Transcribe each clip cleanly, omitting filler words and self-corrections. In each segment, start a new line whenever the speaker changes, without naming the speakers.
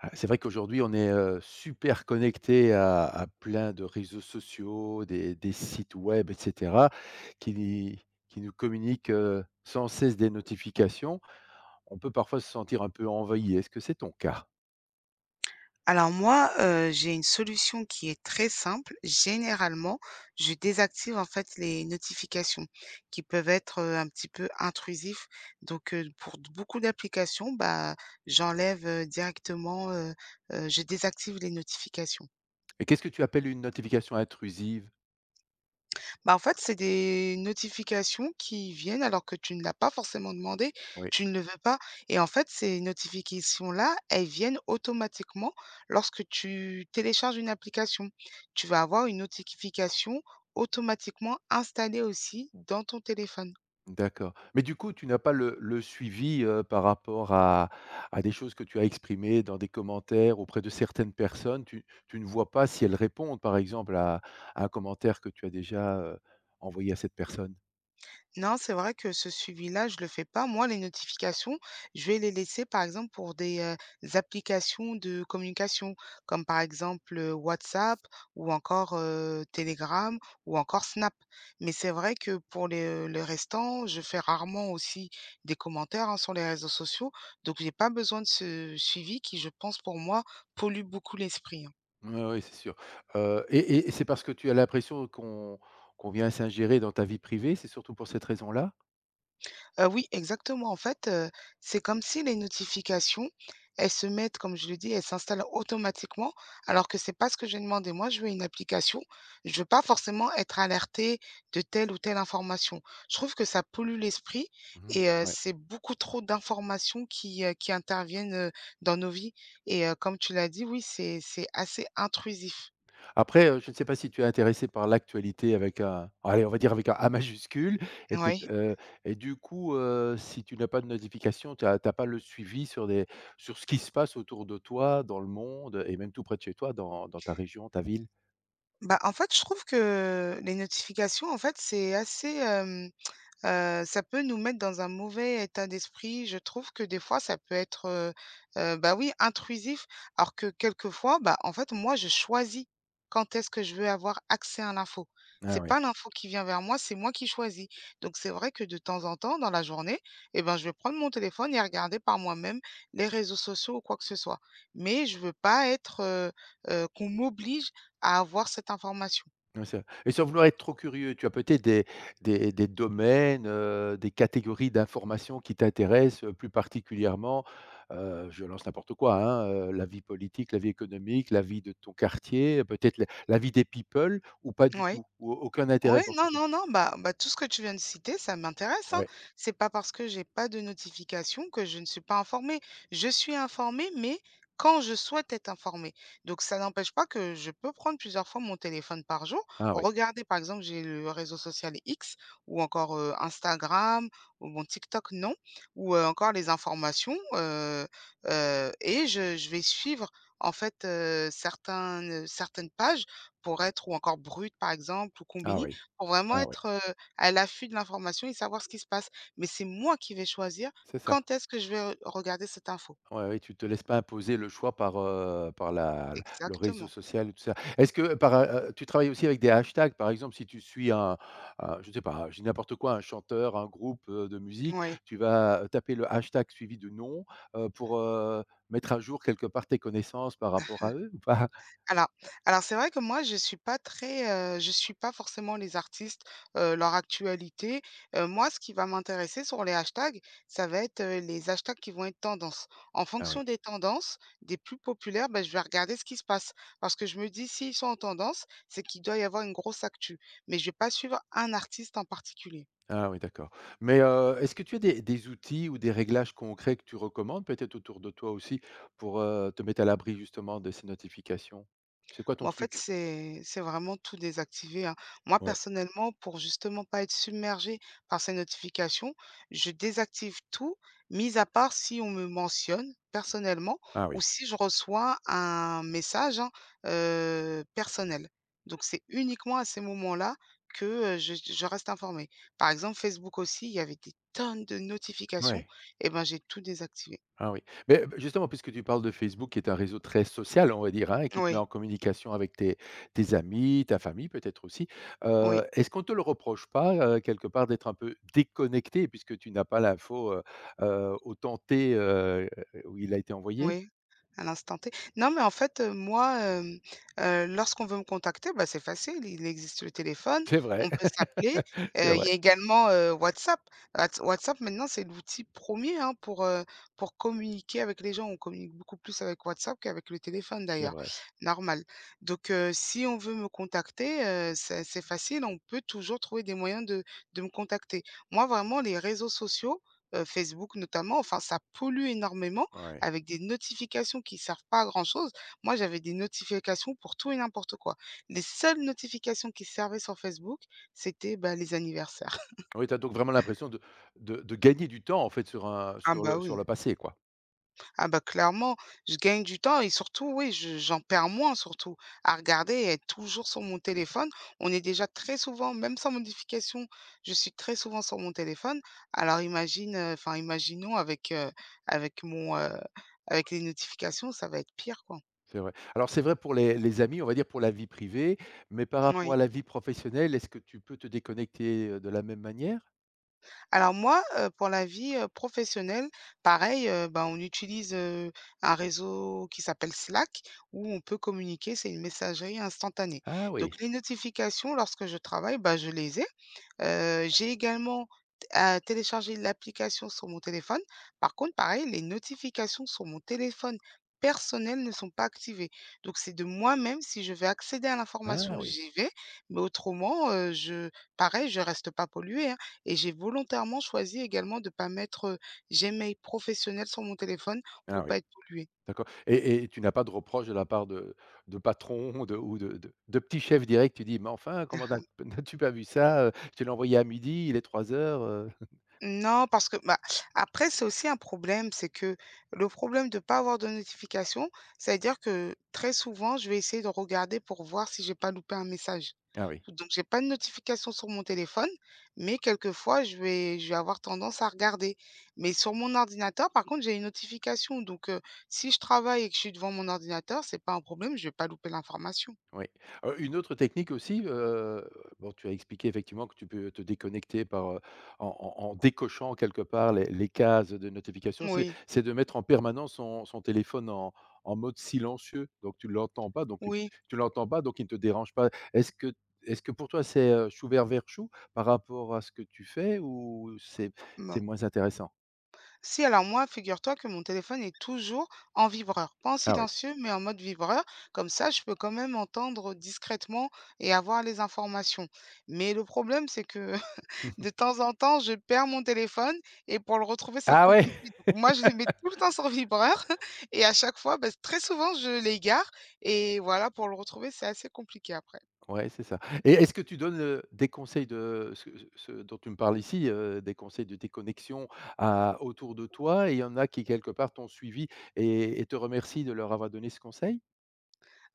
Ah, c'est vrai qu'aujourd'hui, on est, super connecté à plein de réseaux sociaux, des sites web etc., qui qui nous communiquent, sans cesse des notifications. On peut parfois se sentir un peu envahi. Est-ce que c'est ton cas?
Alors moi, j'ai une solution qui est très simple. Généralement, je désactive en fait les notifications qui peuvent être, un petit peu intrusifs. Donc, pour d beaucoup d'applications, bah, j'enlève, directement, je désactive les notifications.
Et qu'est-ce que tu appelles une notification intrusive?
Bah, en fait, c'est des notifications qui viennent alors que tu ne l'as pas forcément demandé,
Oui.
tu ne le veux pas et en fait, ces notifications-là, elles viennent automatiquement lorsque tu télécharges une application. Tu vas avoir une notification automatiquement installée aussi dans ton téléphone.
D'accord. Mais du coup, tu n'as pas le suivi, par rapport à des choses que tu as exprimées dans des commentaires auprès de certaines personnes? Tu ne vois pas si elles répondent, par exemple, à un commentaire que tu as déjà, envoyé à cette personne?
Non, c'est vrai que ce suivi-là, je le fais pas. Moi, les notifications, je vais les laisser, par exemple, pour des, applications de communication, comme par exemple, WhatsApp ou encore, Telegram ou encore Snap. Mais c'est vrai que pour le restant, je fais rarement aussi des commentaires, hein, sur les réseaux sociaux, donc j'ai pas besoin de ce suivi qui, je pense, pour moi, pollue beaucoup l'esprit, hein.
Oui, oui, c'est sûr. Et c'est parce que tu as l'impression qu'on vient s'ingérer dans ta vie privée? C'est surtout pour cette raison-là?
Oui, exactement. En fait, c'est comme si les notifications, elles se mettent, comme je le dis, elles s'installent automatiquement, alors que c'est pas ce que j'ai demandé. Moi, je veux une application. Je veux pas forcément être alertée de telle ou telle information. Je trouve que ça pollue l'esprit
Mmh.
et
Ouais.
c'est beaucoup trop d'informations qui interviennent, dans nos vies et comme tu l'as dit, oui, c'est assez intrusif.
Après, je ne sais pas si tu es intéressé par l'actualité avec un allez, on va dire avec un A majuscule et peut-être,
Oui.
et du coup, si tu n'as pas de notification, tu as pas le suivi sur ce qui se passe autour de toi, dans le monde et même tout près de chez toi, dans ta région, ta ville?
Bah, en fait, je trouve que les notifications, en fait, c'est assez, ça peut nous mettre dans un mauvais état d'esprit. Je trouve que des fois, ça peut être, bah, oui, intrusif. Alors que quelquefois, bah, en fait, moi, je choisis quand est-ce que je veux avoir accès à l'info.
Ah
C'est
ouais.
pas l'info qui vient vers moi, c'est moi qui choisis. Donc c'est vrai que de temps en temps, dans la journée, eh ben, je vais prendre mon téléphone et regarder par moi-même les réseaux sociaux ou quoi que ce soit. Mais je veux pas être, qu'on m'oblige à avoir cette information.
Ouais, c'est vrai et sans vouloir être trop curieux, tu as peut-être des domaines, des catégories d'informations qui t'intéressent, plus particulièrement? Je lance n'importe quoi, hein, la vie politique, la vie économique, la vie de ton quartier, peut-être la vie des people ou pas du
Ouais.
tout? Ou aucun
Oui,
intérêt pour tout
non,
ça?
non, non, bah bah, tout ce que tu viens de citer, ça m'intéresse, hein.
Ouais.
C'est pas parce que j'ai pas de notification que je ne suis pas informée. Je suis informée, mais quand je souhaite être informée. Donc ça n'empêche pas que je peux prendre plusieurs fois mon téléphone par jour,
Ah oui,
regarder, par exemple, j'ai le réseau social X ou encore, Instagram ou mon TikTok, non, ou, encore les informations, et je vais suivre, en fait, certains, certaines pages pour être ou encore Brut, par exemple, ou
ah
Konbini
oui,
pour vraiment
ah oui,
être, à l'affût de l'information et savoir ce qui se passe. Mais c'est moi qui vais choisir
c'est ça.
quand est-ce que je vais re regarder cette info.
Ouais, ouais, tu te laisses pas imposer le choix par, par le réseau
Exactement,
social et tout ça. Est-ce que tu travailles aussi avec des hashtags? Par exemple, si tu suis un je ne sais pas, je dis n'importe quoi, un chanteur, un groupe, de musique,
oui.
tu vas taper le hashtag suivi de nom, pour, mettre à jour quelque part tes connaissances par rapport à eux ou pas?
Alors alors c'est vrai que moi je suis pas très, je suis pas forcément les artistes, leur actualité. Moi ce qui va m'intéresser sur les hashtags, ça va être, les hashtags qui vont être tendance. En
Ah oui.
fonction des tendances, des plus populaires, ben je vais regarder ce qui se passe. Parce que je me dis: «S'ils sont en tendance, c'est qu'il doit y avoir une grosse actu». Mais je vais pas suivre un artiste en particulier.
Ah oui, d'accord. Mais, est-ce que tu as des outils ou des réglages concrets que tu recommandes peut-être autour de toi aussi pour, te mettre à l'abri justement de ces notifications? C'est quoi ton
Mais en fait,
truc?
c'est vraiment tout désactiver, hein. Moi,
Ouais.
personnellement, pour justement pas être submergée par ces notifications, je désactive tout, mis à part si on me mentionne personnellement
Ah
ou
oui,
si je reçois un message, hein, personnel. Donc c'est uniquement à ces moments-là que, je reste informée. Par exemple, Facebook aussi, il y avait des tonnes de notifications
ouais,
et ben, j'ai tout désactivé.
ah oui. Mais, justement, puisque tu parles de Facebook qui est un réseau très social, on va dire, hein, et qui te met
Oui,
en communication avec tes amis, ta famille peut-être aussi.
oui,
Est-ce qu'on ne te le reproche pas, quelque part d'être un peu déconnecté puisque tu n'as pas l'info, au temps T, où il a été envoyé?
oui. À l'instant T. Non, mais en fait, moi, lorsqu'on veut me contacter, bah, c'est facile, il existe le téléphone,
C'est vrai,
on peut s'appeler.
c'est
Il
vrai,
y a également, WhatsApp. WhatsApp, maintenant, c'est l'outil premier, hein, pour communiquer avec les gens. On communique beaucoup plus avec WhatsApp qu'avec le téléphone,
c'est
d'ailleurs,
vrai.
normal. Donc si on veut me contacter, c'est facile, on peut toujours trouver des moyens de me contacter. Moi, vraiment, les réseaux sociaux, Facebook notamment, enfin, ça pollue énormément
Ouais.
avec des notifications qui servent pas à grand-chose. Moi, j'avais des notifications pour tout et n'importe quoi. Les seules notifications qui servaient sur Facebook, c'était, bah, les anniversaires.
Oui, tu as donc vraiment l'impression de gagner du temps, en fait, sur un
Ah
sur
bah,
le sur
oui.
le passé, quoi?
Ah bah, clairement, je gagne du temps et surtout, oui, je j'en perds moins surtout, à regarder et être toujours sur mon téléphone. On est déjà très souvent, même sans modification, je suis très souvent sur mon téléphone. Alors imagine, enfin imaginons avec, avec mon, avec les notifications, ça va être pire, quoi.
C'est vrai. Alors c'est vrai pour les amis, on va dire pour la vie privée, mais par rapport à
Oui.
la vie professionnelle, est-ce que tu peux te déconnecter, de la même manière?
Alors moi, pour la vie, professionnelle, pareil, ben, on utilise, un réseau qui s'appelle Slack où on peut communiquer, c'est une messagerie instantanée.
Ah
Donc
oui,
les notifications lorsque je travaille, ben je les ai. J'ai également t téléchargé l'application sur mon téléphone. Par contre, pareil, les notifications sur mon téléphone personnel ne sont pas activées. Donc c'est de moi-même, si je veux accéder à
ah
l'information,
oui,
j'y vais, mais autrement, je pareil, je reste pas polluée, hein, et j'ai volontairement choisi également de ne pas mettre, Gmail professionnel sur mon téléphone
ah
pour pas
oui,
être polluée.
d'accord et tu n'as pas de reproche de la part de patrons, de ou de de petits chefs directs, tu dis: «Mais enfin, comment n'as n'as-tu pas vu ça, je te l'ai envoyé à midi, il est 15:00», heu?
Non, parce que bah, après, c'est aussi un problème, c'est que le problème de pas avoir de notification, c'est-à-dire que très souvent, je vais essayer de regarder pour voir si j'ai pas loupé un message.
Ah oui.
Donc, j'ai pas de notification sur mon téléphone, mais quelquefois, je vais avoir tendance à regarder. Mais sur mon ordinateur, par contre, j'ai une notification. Donc, si je travaille et que je suis devant mon ordinateur, c'est pas un problème, je vais pas louper l'information.
Oui. Une autre technique aussi, bon, tu as expliqué effectivement que tu peux te déconnecter en décochant quelque part les cases de notification, c'est
Oui,
c'est de mettre en permanence son téléphone en mode silencieux, donc tu ne l'entends pas, donc
oui.
tu l'entends pas, donc il ne te dérange pas. Est-ce que pour toi c'est, chou vert, vert chou par rapport à ce que tu fais ou c'est moins intéressant?
Si, alors moi, figure-toi que mon téléphone est toujours en vibreur, pas en
Ah oui.
silencieux, mais en mode vibreur. Comme ça, je peux quand même entendre discrètement et avoir les informations. Mais le problème, c'est que de temps en temps, je perds mon téléphone et pour le retrouver, c'est
Ah ouais!
compliqué. Donc, moi, je les mets tout le temps sur vibreur et à chaque fois, bah, très souvent, je l'égare. Et voilà, pour le retrouver, c'est assez compliqué après.
Ouais, c'est ça. Et est-ce que tu donnes, des conseils de ce dont tu me parles ici, des conseils de tes connexions à autour de toi et il y en a qui quelque part t'ont suivi et te remercient de leur avoir donné ce conseil?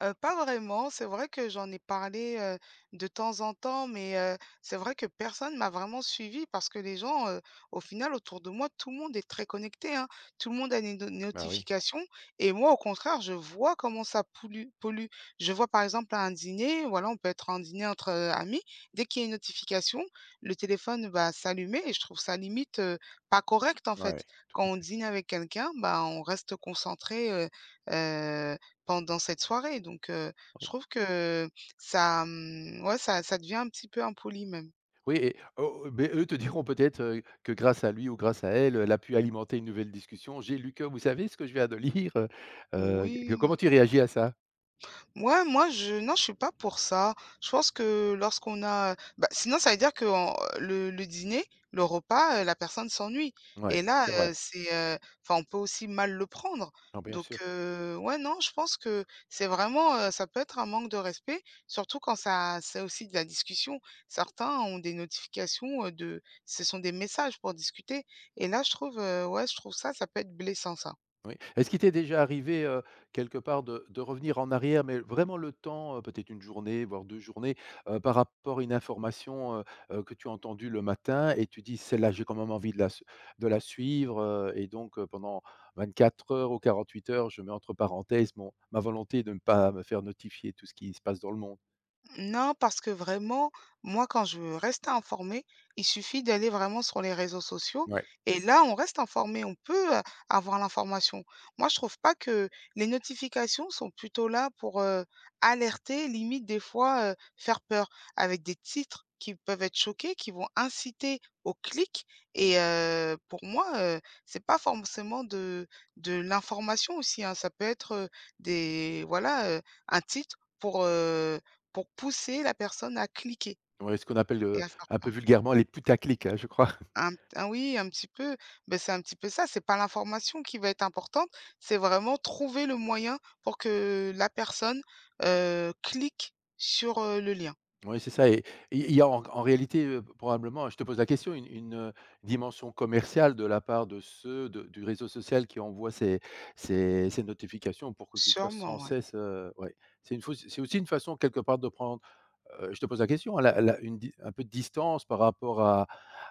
Pas vraiment. C'est vrai que j'en ai parlé, de temps en temps, mais c'est vrai que personne m'a vraiment suivie parce que les gens, au final, autour de moi, tout le monde est très connecté, hein. Tout le monde a des no
Bah, oui.
notifications et moi, au contraire, je vois comment ça pollue. Je vois, par exemple, à un dîner, voilà, on peut être en dîner entre, amis, dès qu'il y a une notification, le téléphone va s'allumer et je trouve ça limite, pas correct, en fait.
Ouais, tout
Quand
à
on
fait.
dîne avec quelqu'un, bah, on reste concentré, heu, pendant cette soirée, donc je
Oui.
trouve que ça, ouais, ça ça devient un petit peu impoli même.
Oui et oh, beh, eux te diront peut-être, que grâce à lui ou grâce à elle, elle a pu alimenter une nouvelle discussion. «J'ai lu que» vous savez ce que je viens de lire,
Oui,
comment tu réagis à ça?
moi je non, je suis pas pour ça. Je pense que lorsqu'on a bah, sinon ça veut dire que en le dîner, le repas, la personne s'ennuie
Ouais,
et là,
c'est vrai.
c'est, enfin on peut aussi mal le prendre,
Non, bien
donc
sûr.
ouais non, je pense que c'est vraiment, ça peut être un manque de respect, surtout quand ça c'est aussi de la discussion. Certains ont des notifications, de ce sont des messages pour discuter et là je trouve, ouais, je trouve ça, ça peut être blessant ça.
Oui. Est-ce qu'il t'est déjà arrivé, quelque part de revenir en arrière, mais vraiment le temps, peut-être une journée, voire 2 journées, par rapport à une information, que tu as entendue le matin et tu dis: «Celle-là, j'ai quand même envie de la s de la suivre», et donc pendant 4 heures ou 48 heures, je mets entre parenthèses mon ma volonté de ne pas me faire notifier tout ce qui se passe dans le monde.
Non, parce que vraiment, moi, quand je veux rester informée, il suffit d'aller vraiment sur les réseaux sociaux
Ouais,
et là, on reste informé, on peut avoir l'information. Moi, je trouve pas que les notifications sont plutôt là pour alerter, limite des fois faire peur, avec des titres qui peuvent être choqués, qui vont inciter au clic. Et pour moi, c'est pas forcément de l'information aussi, hein. Ça peut être des, voilà, un titre pour pousser la personne à cliquer
ouais, ce qu'on appelle,
et à faire
un peu vulgairement les putaclics, hein, je crois.
un, ah oui, un petit peu, beh, c'est un petit peu ça, c'est pas l'information qui va être importante, c'est vraiment trouver le moyen pour que la personne, clique sur, le lien.
Oui, c'est ça et il y a en réalité, probablement je te pose la question, une dimension commerciale de la part de ceux de du réseau social qui envoient ces notifications pour que tu sois sans
Sûrement, ouais.
cesse, ouais. C'est aussi une façon quelque part de prendre, je te pose la question, hein, la la une di un peu de distance par rapport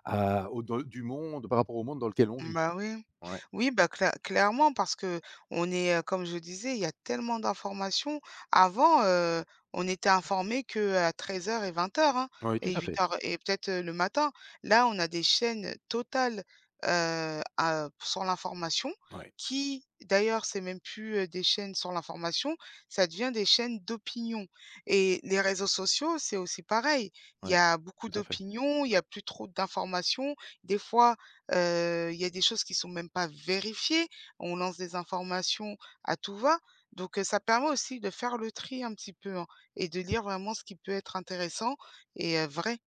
à au de du monde, par rapport au monde dans lequel on vit.
Bah, oui.
Ouais.
Oui, bah, clairement, parce que on est, comme je disais, il y a tellement d'informations. Avant, on était informé que à qu'à heures et 20 h, hein,
Oui, tout
et
à
huit
fait.
heures et peut-être, le matin. Là, on a des chaînes totales, à sur l'information
Oui.
qui d'ailleurs, c'est même plus, des chaînes sur l'information, ça devient des chaînes d'opinion et les réseaux sociaux, c'est aussi pareil.
Ouais,
Il y
ouais,
a beaucoup
tout à fait.
d'opinions, il y a plus trop d'informations. Des fois il y a des choses qui sont même pas vérifiées. On lance des informations à tout va. Donc, ça permet aussi de faire le tri un petit peu, hein, et de lire vraiment ce qui peut être intéressant et vrai.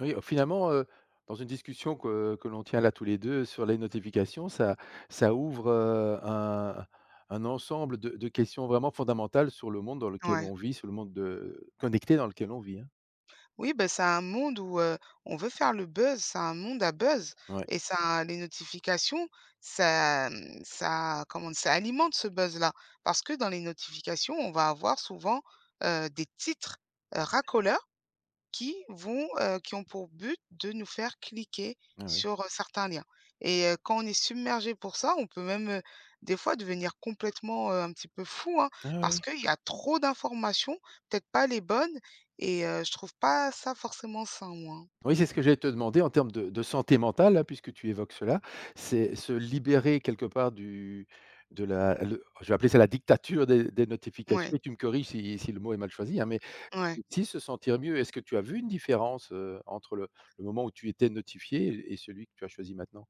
Oui, finalement, dans une discussion que l'on tient là tous les 2 sur les notifications, ça ouvre, un ensemble de questions vraiment fondamentales sur le monde dans lequel
Ouais.
on vit, sur le monde de connecté dans lequel on vit, hein.
Oui, ben c'est un monde où, on veut faire le buzz, c'est un monde à buzz
Ouais,
et ça les notifications, ça, ça comment ça alimente ce buzz-là. Parce que dans les notifications, on va avoir souvent, des titres, racoleurs qui vont, qui ont pour but de nous faire cliquer
ouais, ouais.
sur, certains liens et quand on est submergé pour ça, on peut même, des fois devenir complètement, un petit peu fou, hein,
Ah
parce
oui.
qu'il y a trop d'informations, peut-être pas les bonnes et je trouve pas ça forcément sain, moi, hein.
Oui, c'est ce que j'allais te demander en termes de santé mentale, là, puisque tu évoques cela. C'est se libérer quelque part du de la le je vais appeler ça la dictature des notifications
Ouais,
et tu me corriges si le mot est mal choisi, hein, mais
ouais.
Aussi se sentir mieux. Est-ce que tu as vu une différence, entre le moment où tu étais notifié et celui que tu as choisi maintenant?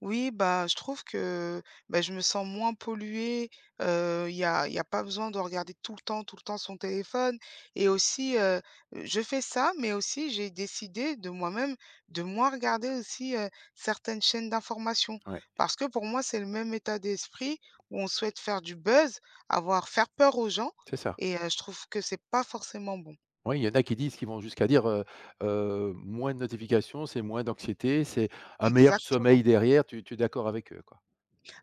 Oui, bah, je trouve que bah, je me sens moins polluée. Il y a pas besoin de regarder tout le temps son téléphone. Et aussi, je fais ça, mais aussi j'ai décidé de moi-même de moins regarder aussi certaines chaînes d'information.
Ouais,
Parce que pour moi, c'est le même état d'esprit où on souhaite faire du buzz, avoir faire peur aux gens.
c'est ça.
Et je trouve que c'est pas forcément bon.
Oui, il y en a qui disent qui vont jusqu'à dire, «Moins de notifications, c'est moins d'anxiété, c'est un meilleur sommeil
Exactement.
derrière». Tu es d'accord avec eux, quoi?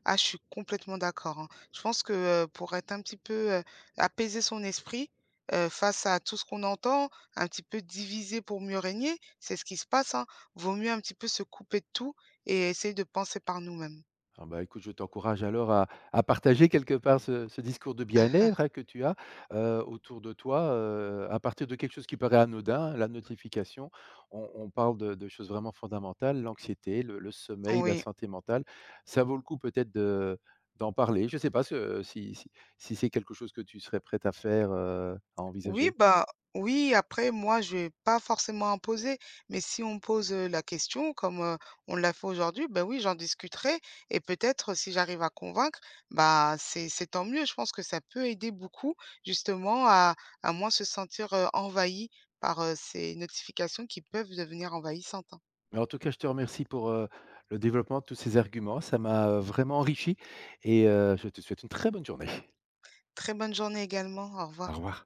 Ah, je suis complètement d'accord, hein. Je pense que, pour être un petit peu, apaiser son esprit, face à tout ce qu'on entend, un petit peu diviser pour mieux régner, c'est ce qui se passe, hein. Vaut mieux un petit peu se couper de tout et essayer de penser par nous-mêmes.
Ah bah, écoute, je t'encourage alors à partager quelque part ce discours de bien-être, hein, que tu as, autour de toi, à partir de quelque chose qui paraît anodin, la notification. On parle de choses vraiment fondamentales, l'anxiété, le sommeil, la
Oui.
santé mentale. Ça vaut le coup peut-être de d'en parler. Je ne sais pas ce si si si c'est quelque chose que tu serais prête à faire, à
Oui,
envisager?
bah, oui, après, moi, je vais pas forcément imposer, mais si on me pose la question, comme on l'a fait aujourd'hui, ben oui, j'en discuterai. Et peut-être, si j'arrive à convaincre, bah, c'est tant mieux. Je pense que ça peut aider beaucoup, justement, à moins se sentir envahi par ces notifications qui peuvent devenir envahissantes, hein.
Mais en tout cas, je te remercie pour, le développement de tous ces arguments. Ça m'a, vraiment enrichi et je te souhaite une très bonne journée.
Très bonne journée également. Au
Au
revoir.
revoir.